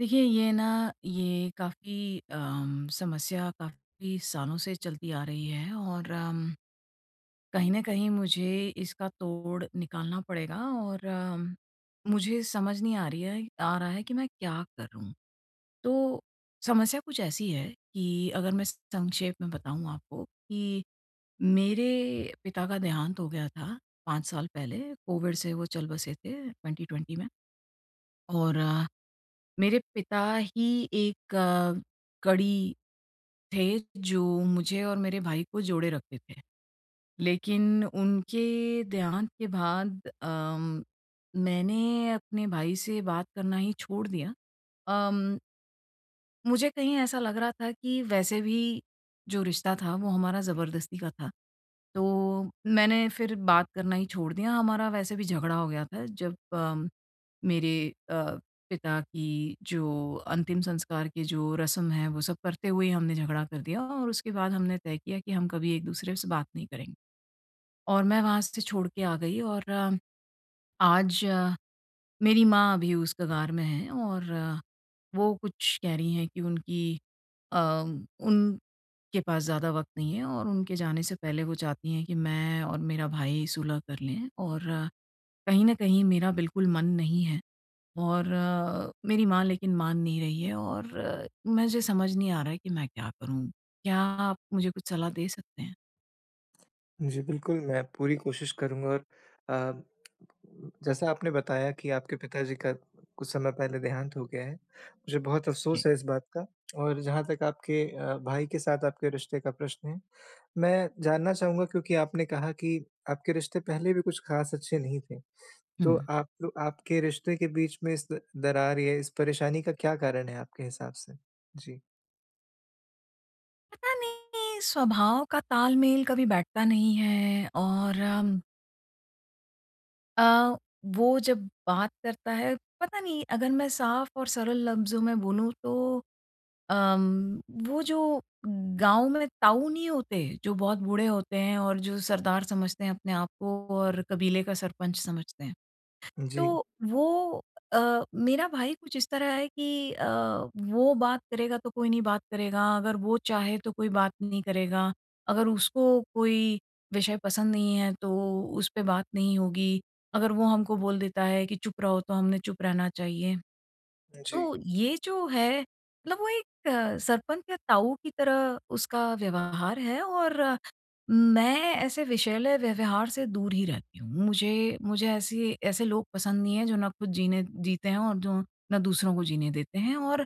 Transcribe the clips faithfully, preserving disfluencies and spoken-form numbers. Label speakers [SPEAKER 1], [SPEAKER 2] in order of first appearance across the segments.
[SPEAKER 1] देखिए, ये ना ये काफ़ी अम, समस्या काफ़ी सालों से चलती आ रही है और अम, कहीं न कहीं मुझे इसका तोड़ निकालना पड़ेगा और अम, मुझे समझ नहीं आ रही है आ रहा है कि मैं क्या करूँ? तो समस्या कुछ ऐसी है कि अगर मैं संक्षेप में बताऊँ आपको कि मेरे पिता का देहांत हो गया था पाँच साल पहले, कोविड से वो चल बसे थे ट्वेंटी ट्वेंटी में, और मेरे पिता ही एक अ, कड़ी थे जो मुझे और मेरे भाई को जोड़े रखते थे। लेकिन उनके देहांत के बाद अम, मैंने अपने भाई से बात करना ही छोड़ दिया। अम मुझे कहीं ऐसा लग रहा था कि वैसे भी जो रिश्ता था वो हमारा ज़बरदस्ती का था। तो मैंने फिर बात करना ही छोड़ दिया, हमारा वैसे भी झगड़ा हो गया था जब अम, मेरे अ, पिता की जो अंतिम संस्कार की जो रस्म है वो सब करते हुए हमने झगड़ा कर दिया और उसके बाद हमने तय किया कि हम कभी एक-दूसरे से बात नहीं करेंगे। और मैं वहाँ से छोड़ के आ गई और अ, आज अ, मेरी माँ अभी उस कगार में हैं और वो कुछ कह रही हैं कि उनकी अ, उनके पास ज़्यादा वक़्त नहीं है और उनके जाने से पहले वो चाहती हैं कि मैं और मेरा भाई सुलह कर लें, और अ, कहीं न कहीं मेरा बिल्कुल मन नहीं है और अ, मेरी माँ लेकिन मान नहीं रही है और अ, मुझे समझ नहीं आ रहा है कि मैं क्या करूँ? क्या आप मुझे कुछ सलाह दे सकते हैं?
[SPEAKER 2] जी, बिल्कुल, मैं पूरी कोशिश करूँगा और अ, जैसा आपने बताया कि आपके पिताजी का कुछ समय पहले देहांत हो गया है, मुझे बहुत
[SPEAKER 1] जी।
[SPEAKER 2] अफ़सोस है इस बात का। और जहाँ तक आपके अ, भाई के साथ आपके रिश्ते का प्रश्न है, मैं जानना चाहूँगा, क्योंकि आपने कहा कि आपके रिश्ते पहले भी कुछ ख़ास अच्छे नहीं थे,
[SPEAKER 1] हुँ।
[SPEAKER 2] तो आप लो आपके रिश्ते के बीच में इस द दरार या इस परेशानी का क्या कारण है आपके हिसाब से? जी।
[SPEAKER 1] पता नहीं, स्वभाव का तालमेल कभी बैठता नहीं है और अम अ, वो जब बात करता है पता नहीं, अगर मैं साफ और सरल लफ्ज़ों में बोलूँ तो अम, वो जो गाँव में ताऊ नहीं होते, जो बहुत बूढ़े होते हैं और जो सरदार समझते हैं अपने आप को और कबीले का सरपंच समझते हैं।
[SPEAKER 2] जी।
[SPEAKER 1] तो वो अ, मेरा भाई कुछ इस तरह है कि अ, वो बात करेगा तो कोई नहीं बात करेगा, अगर वो चाहे तो कोई बात नहीं करेगा, अगर उसको कोई विषय पसंद नहीं है तो उस पे बात नहीं होगी, अगर वो हमको बोल देता है कि चुप रहो तो हमने चुप रहना चाहिए।
[SPEAKER 2] जी,
[SPEAKER 1] तो ये जो है मतलब वो एक अ, सरपंच या ताऊ की तरह उसका व्यवहार है, और अ, मैं ऐसे विषैले व्यवहार से दूर ही रहती हूँ। मुझे मुझे ऐसी ऐसे लोग पसंद नहीं हैं जो ना खुद जीने जीते हैं और जो ना दूसरों को जीने देते हैं, और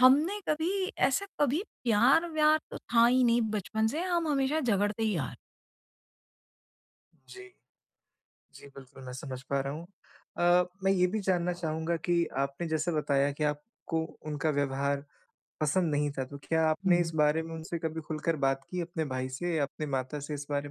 [SPEAKER 1] हमने कभी ऐसा कभी प्यार-व्यार तो था ही नहीं बचपन से, हम हमेशा झगड़ते ही आ रहे।
[SPEAKER 2] जी। जी, बिल्कुल, मैं समझ पा रहा हूँ। अ, मैं ये भी जानना चाहूँगा कि आपने जैसे बताया कि आपको उनका व्यवहार पसंद नहीं था, तो क्या आपने
[SPEAKER 1] हैं।
[SPEAKER 2] इस बारे में उनसे कभी खुलकर बात की, अपने भाई से या अपने माता से इस बारे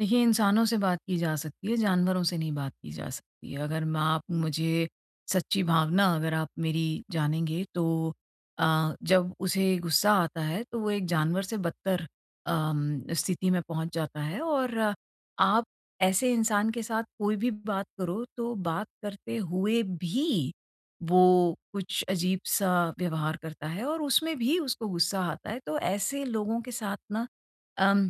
[SPEAKER 1] देखिए, इंसानों से बात की जा सकती है, जानवरों से नहीं बात की जा सकती है। अगर मैं आप मुझे सच्ची भावना अगर आप मेरी जानेंगे तो अ, जब उसे गुस्सा आता है तो वो एक जानवर से बदतर अम, स्थिति में पहुँच जाता है, और अ, आप ऐसे इंसान के साथ कोई भी बात करो तो बात करते हुए भी वो कुछ अजीब-सा व्यवहार करता है और उसमें भी उसको गुस्सा आता है। तो ऐसे लोगों के साथ ना अम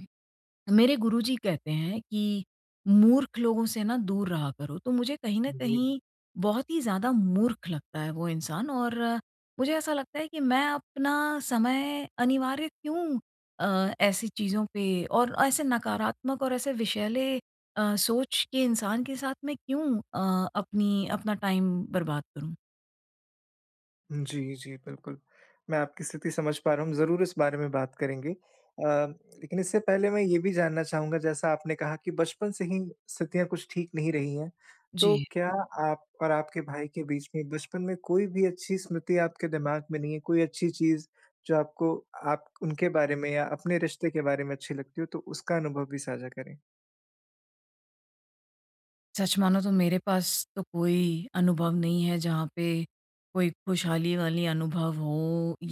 [SPEAKER 1] मेरे गुरुजी कहते हैं कि मूर्ख लोगों से ना दूर रहा करो, तो मुझे कहीं न
[SPEAKER 2] में?
[SPEAKER 1] कहीं बहुत ही ज़्यादा मूर्ख लगता है वो इंसान, और अ, मुझे ऐसा लगता है कि मैं अपना समय अनिवार्य क्यों अ, ऐसी चीज़ों पे और ऐसे नकारात्मक और ऐसे विषैले अ, सोच के इंसान के साथ मैं क्यों अ, अपनी अपना टाइम बर्बाद करूँ?
[SPEAKER 2] जी, जी, बिल्कुल। मैं आपकी स्थिति समझ पा रहा हूँ, ज़रूर इस बारे में बात करेंगे। अ, लेकिन इससे पहले मैं ये भी जानना चाहूँगा, जैसा आपने कहा कि बचपन से ही स्थितियाँ कुछ ठीक नहीं रही हैं, तो
[SPEAKER 1] जी।
[SPEAKER 2] क्या आप और आपके भाई के बीच में बचपन में कोई भी अच्छी स्मृति आपके दिमाग में नहीं है, कोई अच्छी चीज़ जो आपको आप उनके बारे में या अपने रिश्ते के बारे में अच्छी लगती हो, तो उसका अनुभव भी साझा करें?
[SPEAKER 1] सच मानो तो मेरे पास तो कोई अनुभव नहीं है जहाँ पे कोई खुशहाली वाली अनुभव हो,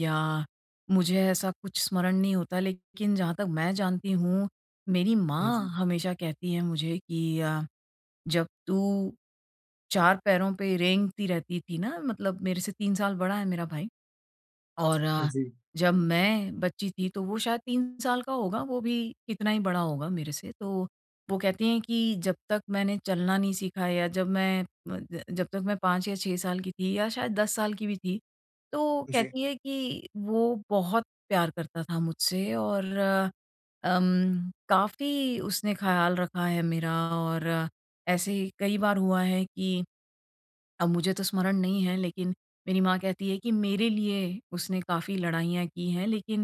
[SPEAKER 1] या मुझे ऐसा कुछ स्मरण नहीं होता। लेकिन जहाँ तक मैं जानती हूँ, मेरी माँ
[SPEAKER 2] जी,
[SPEAKER 1] हमेशा कहती है मुझे कि अ, "जब तू चार पैरों पे रेंगती रहती थी ना", मतलब मेरे से तीन साल बड़ा है मेरा भाई। और अ,
[SPEAKER 2] जी,
[SPEAKER 1] जब मैं बच्ची थी तो वो शायद तीन साल का होगा, वो भी इतना ही बड़ा होगा मेरे से। तो वो कहती हैं कि जब तक मैंने चलना नहीं सीखा या जब मैं अ, ज जब तक मैं पाँच या छह साल की थी या शायद दस साल की भी थी, तो
[SPEAKER 2] जी,
[SPEAKER 1] कहती है कि वो बहुत प्यार करता था मुझसे, और अ, अम, काफ़ी उसने ख़्याल रखा है मेरा, और अ, ऐसे कई बार हुआ है कि अब मुझे तो स्मरण नहीं है लेकिन मेरी माँ कहती है कि मेरे लिए उसने काफ़ी लड़ाइयाँ की हैं, लेकिन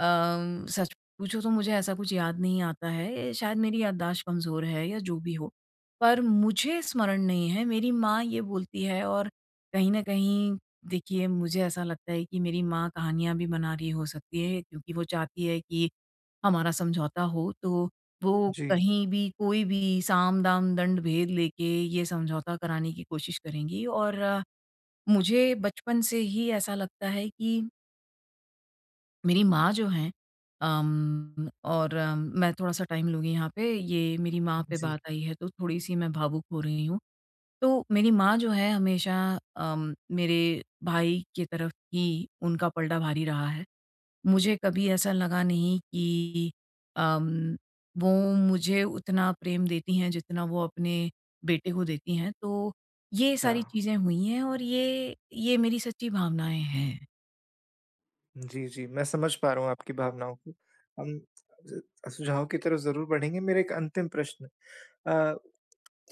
[SPEAKER 1] अम, सच पूछो तो मुझे ऐसा कुछ याद नहीं आता है, शायद मेरी याददाश्त कमज़ोर है या जो भी हो। पर मुझे स्मरण नहीं है, मेरी माँ ये बोलती है, और कहीं न कहीं देखिए मुझे ऐसा लगता है कि मेरी माँ कहानियाँ भी बना रही हो सकती है क्योंकि वो चाहती है कि हमारा समझौता हो, तो वो
[SPEAKER 2] जी,
[SPEAKER 1] कहीं भी कोई भी साम-दाम, दंड-भेद लेके ये समझौता कराने की कोशिश करेंगी, और मुझे बचपन से ही ऐसा लगता है कि मेरी माँ जो हैं अम, और अम, मैं थोड़ा-सा टाइम लूँगी यहाँ पे, ये मेरी माँ पे
[SPEAKER 2] जी।
[SPEAKER 1] बात आई है तो थोड़ी-सी मैं भावुक हो रही हूँ। तो मेरी माँ जो है हमेशा अम, मेरे भाई की तरफ ही उनका पलड़ा भारी रहा है। मुझे कभी ऐसा लगा नहीं कि अम, वो मुझे उतना प्रेम देती हैं जितना वो अपने बेटे को देती हैं। तो ये सारी
[SPEAKER 2] हाँ।
[SPEAKER 1] चीज़ें हुई हैं, और ये ये मेरी सच्ची भावनाएँ हैं।
[SPEAKER 2] जी, जी, मैं समझ पा रहा हूँ आपकी भावनाओं को। हम ज सुझाव की तरफ ज़रूर बढ़ेंगे। मेरा एक अंतिम प्रश्न, अ,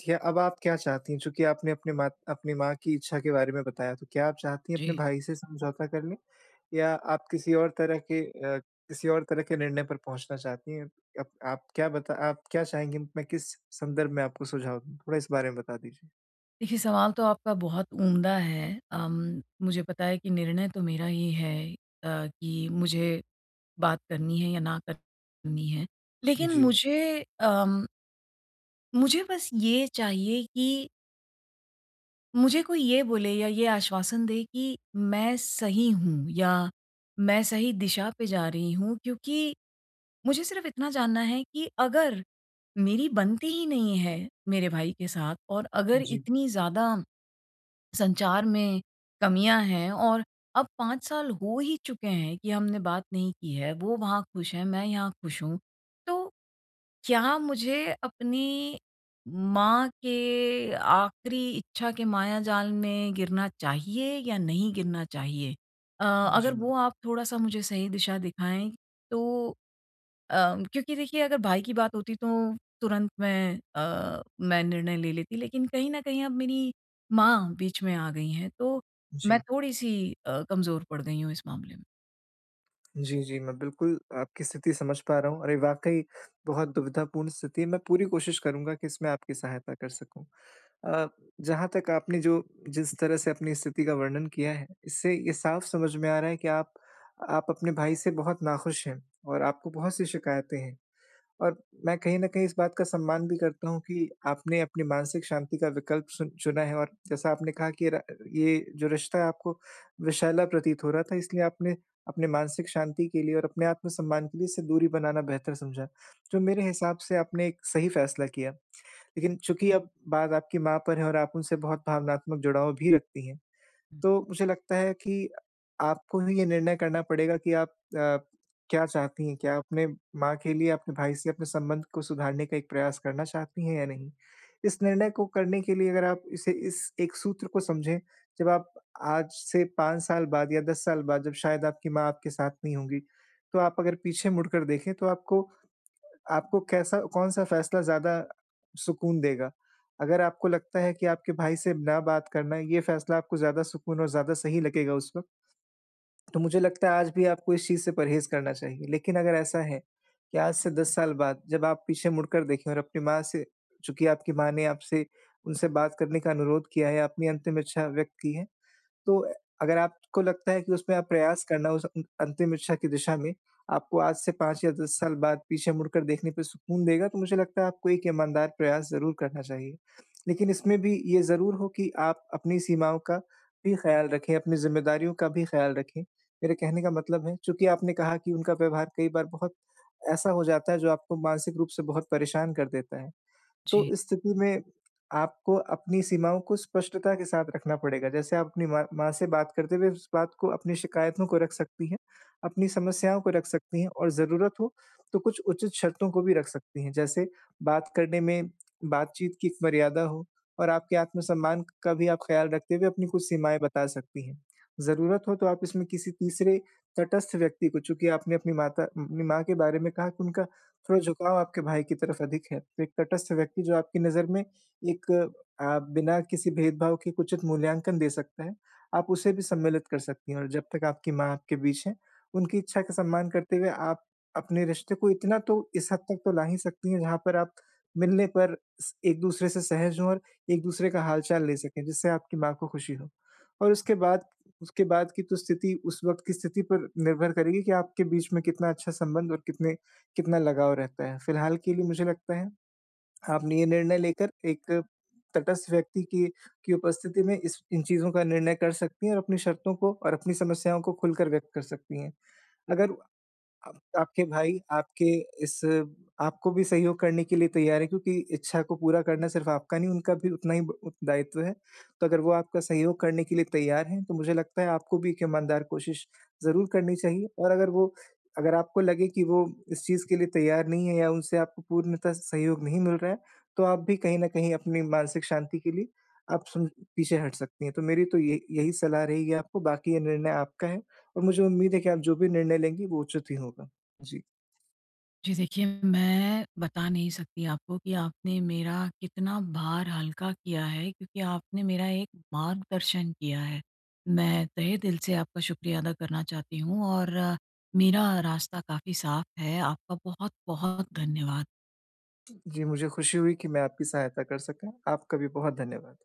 [SPEAKER 2] क्या अब आप क्या चाहती हैं? चूँकि आपने अपने माँ अपनी माँ की इच्छा के बारे में बताया, तो क्या आप चाहती हैं अपने
[SPEAKER 1] जी।
[SPEAKER 2] भाई से समझौता कर लें? या आप किसी और तरह के, अ, किसी और तरह के निर्णय पर पहुँचना चाहती हैं? अप आप क्या बता आप क्या चाहेंगी? मैं किस संदर्भ में आपको सुझाव दूँ? थोड़ा इस बारे में बता दीजिए।
[SPEAKER 1] देखिए, सवाल तो आपका बहुत उम्दा है। अम, मुझे पता है कि निर्णय तो मेरा ही है अ, कि मुझे बात करनी है या ना करनी है। लेकिन
[SPEAKER 2] जी,
[SPEAKER 1] मुझे अम, मुझे बस ये चाहिए कि मुझे कोई ये बोले या ये आश्वासन दे कि मैं सही हूँ या मैं सही दिशा पे जा रही हूँ, क्योंकि मुझे सिर्फ़ इतना जानना है कि अगर मेरी बनती ही नहीं है मेरे भाई के साथ और अगर
[SPEAKER 2] जी,
[SPEAKER 1] इतनी ज़्यादा संचार में कमियां हैं और अब पाँच साल हो ही चुके हैं कि हमने बात नहीं की है, वो वहाँ खुश है, मैं यहाँ खुश हूँ, तो क्या मुझे अपनी माँ के आखिरी इच्छा के माया जाल में गिरना चाहिए या नहीं गिरना चाहिए, अ,
[SPEAKER 2] जी,
[SPEAKER 1] अगर वो आप थोड़ा सा मुझे सही दिशा दिखाएं तो अ, क्योंकि देखिए अगर भाई की बात होती तो तुरंत मैं अ, मैं निर्णय ले लेती, लेकिन कहीं न कहीं अब मेरी माँ बीच में आ गई हैं, तो
[SPEAKER 2] जी।
[SPEAKER 1] मैं थोड़ी-सी अ, कमज़ोर पड़ गई हूँ इस मामले में।
[SPEAKER 2] जी, जी, मैं बिल्कुल आपकी स्थिति समझ पा रहा हूँ। अरे, वाक़ई बहुत दुविधापूर्ण स्थिति है, मैं पूरी कोशिश करूँगा कि इसमें आपकी सहायता कर सकूँ। अ, जहाँ तक आपने जो जिस तरह से अपनी स्थिति का वर्णन किया है, इससे ये साफ़ समझ में आ रहा है कि आप आप अपने भाई से बहुत नाखुश हैं और आपको बहुत सी शिकायतें हैं। और मैं कहीं न कहीं इस बात का सम्मान भी करता हूँ कि आपने अपनी मानसिक शांति का विकल्प सुन चुना है, और जैसा आपने कहा कि र ये जो रिश्ता है आपको विषैला प्रतीत हो रहा था, इसलिए आपने अपने मानसिक शांति के लिए और अपने आत्म-सम्मान के लिए इससे दूरी बनाना बेहतर समझा। जो मेरे हिसाब से आपने एक सही फैसला किया।
[SPEAKER 1] हुँ,
[SPEAKER 2] लेकिन चूँकि अब बात आपकी माँ पर है और आप उनसे बहुत भावनात्मक जुड़ाव भी रखती हैं।
[SPEAKER 1] हुँ।
[SPEAKER 2] तो मुझे लगता है कि आपको ही ये निर्णय करना पड़ेगा कि आप अ, क्या चाहती हैं? क्या आप अपने माँ के लिए, अपने भाई से अपने संबंध को सुधारने का एक प्रयास करना चाहती हैं या नहीं? इस निर्णय को करने के लिए अगर आप इसे इस एक सूत्र को समझें, जब आप आज से पाँच साल बाद या दस साल बाद, जब शायद आपकी माँ आपके साथ नहीं होंगी, तो आप अगर पीछे मुड़कर देखें तो आपको आपको कैसा कौन-सा फैसला ज़्यादा सुकून देगा? अगर आपको लगता है कि आपके भाई से ना बात करना, ये फैसला आपको ज़्यादा सुकून और ज़्यादा सही लगेगा उस वक़्त, तो मुझे लगता है आज भी आपको इस चीज़ से परहेज़ करना चाहिए। लेकिन अगर ऐसा है कि आज से दस साल बाद जब आप पीछे मुड़कर देखें और अपनी माँ से, चूँकि आपकी माँ ने आपसे उनसे बात करने का अनुरोध किया है, अपनी अंतिम इच्छा व्यक्त की है, तो अगर आपको लगता है कि उसमें आप प्रयास करना उस अं अंतिम इच्छा की दिशा में, आपको आज से पाँच या दस साल बाद पीछे मुड़कर देखने पे सुकून देगा, तो मुझे लगता है आपको एक ईमानदार प्रयास ज़रूर करना चाहिए। लेकिन इसमें भी ये ज़रूर हो कि आप अपनी सीमाओं का भी ख़्याल रखें, अपनी ज़िम्मेदारियों का भी ख़्याल रखें। मेरे कहने का मतलब है, चूँकि आपने कहा कि उनका व्यवहार कई बार बहुत ऐसा हो जाता है, जो आपको मानसिक रूप से बहुत परेशान कर देता है। तो
[SPEAKER 1] जी।
[SPEAKER 2] इस स्थिति में आपको अपनी सीमाओं को स्पष्टता के साथ रखना पड़ेगा। जैसे आप अपनी माँ माँ से बात करते हुए उस बात को, अपनी शिकायतों को रख सकती हैं, अपनी समस्याओं को रख सकती हैं और ज़रूरत हो तो कुछ उचित शर्तों को भी रख सकती हैं। जैसे बात करने में बातचीत की एक मर्यादा हो, और आपके आत्मसम्मान का भी आप ख़्याल रखते हुए अपनी कुछ सीमाएँ बता सकती हैं। ज़रूरत हो तो आप इसमें किसी तीसरे तटस्थ व्यक्ति को, चूँकि आपने अपनी माता अपनी माँ के बारे में कहा कि उनका थोड़ा झुकाव आपके भाई की तरफ अधिक है, तो एक तटस्थ व्यक्ति जो आपकी नज़र में एक अ, बिना किसी भेदभाव के एक उचित मूल्यांकन दे सकता है, आप उसे भी सम्मिलित कर सकती हैं। और जब तक आपकी माँ आपके बीच हैं, उनकी इच्छा का सम्मान करते हुए आप अपने रिश्ते को इतना तो इस हद तक तो ला ही सकती हैं, जहाँ पर आप मिलने पर स एक-दूसरे से सहज हों और एक-दूसरे का हाल-चाल ले सकें, जिससे आपकी माँ को खुशी हो। और उसके बाद उसके बाद की तो स्थिति उस वक़्त की स्थिति पर निर्भर करेगी कि आपके बीच में कितना अच्छा संबंध और कितने कितना लगाव रहता है। फिलहाल के लिए मुझे लगता है, आपने ये निर्णय लेकर एक तटस्थ व्यक्ति की की उपस्थिति में इस इन चीज़ों का निर्णय कर सकती हैं और अपनी शर्तों को और अपनी समस्याओं को खुलकर व्यक्त कर सकती हैं। अगर आप आपके भाई आपके इस आपको भी सहयोग करने के लिए तैयार है, क्योंकि इच्छा को पूरा करना सिर्फ आपका नहीं, उनका भी उतना ही ब उत- दायित्व है। तो अगर वो आपका सहयोग करने के लिए तैयार हैं, तो मुझे लगता है आपको भी एक ईमानदार कोशिश ज़रूर करनी चाहिए, और अगर वो अगर आपको लगे कि वो इस चीज़ के लिए तैयार नहीं है या उनसे आपको पूर्णतः सहयोग नहीं मिल रहा है, तो आप भी कहीं न कहीं अपनी मानसिक शांति के लिए आप सुन पीछे हट सकती हैं। तो मेरी तो ये यही सलाह रहेगी आपको, बाकी ये निर्णय आपका है। और मुझे उम्मीद है कि आप जो भी निर्णय लेंगी वो उचित ही होगा। जी।
[SPEAKER 1] जी, देखिए, मैं बता नहीं सकती आपको कि आपने मेरा कितना भार हल्का किया है, क्योंकि आपने मेरा एक मार्गदर्शन किया है। मैं तहे दिल से आपका शुक्रिया अदा करना चाहती हूँ, और अ, मेरा रास्ता काफ़ी साफ़ है। आपका बहुत-बहुत धन्यवाद।
[SPEAKER 2] जी, मुझे खुशी हुई कि मैं आपकी सहायता कर सका। आपका भी बहुत धन्यवाद।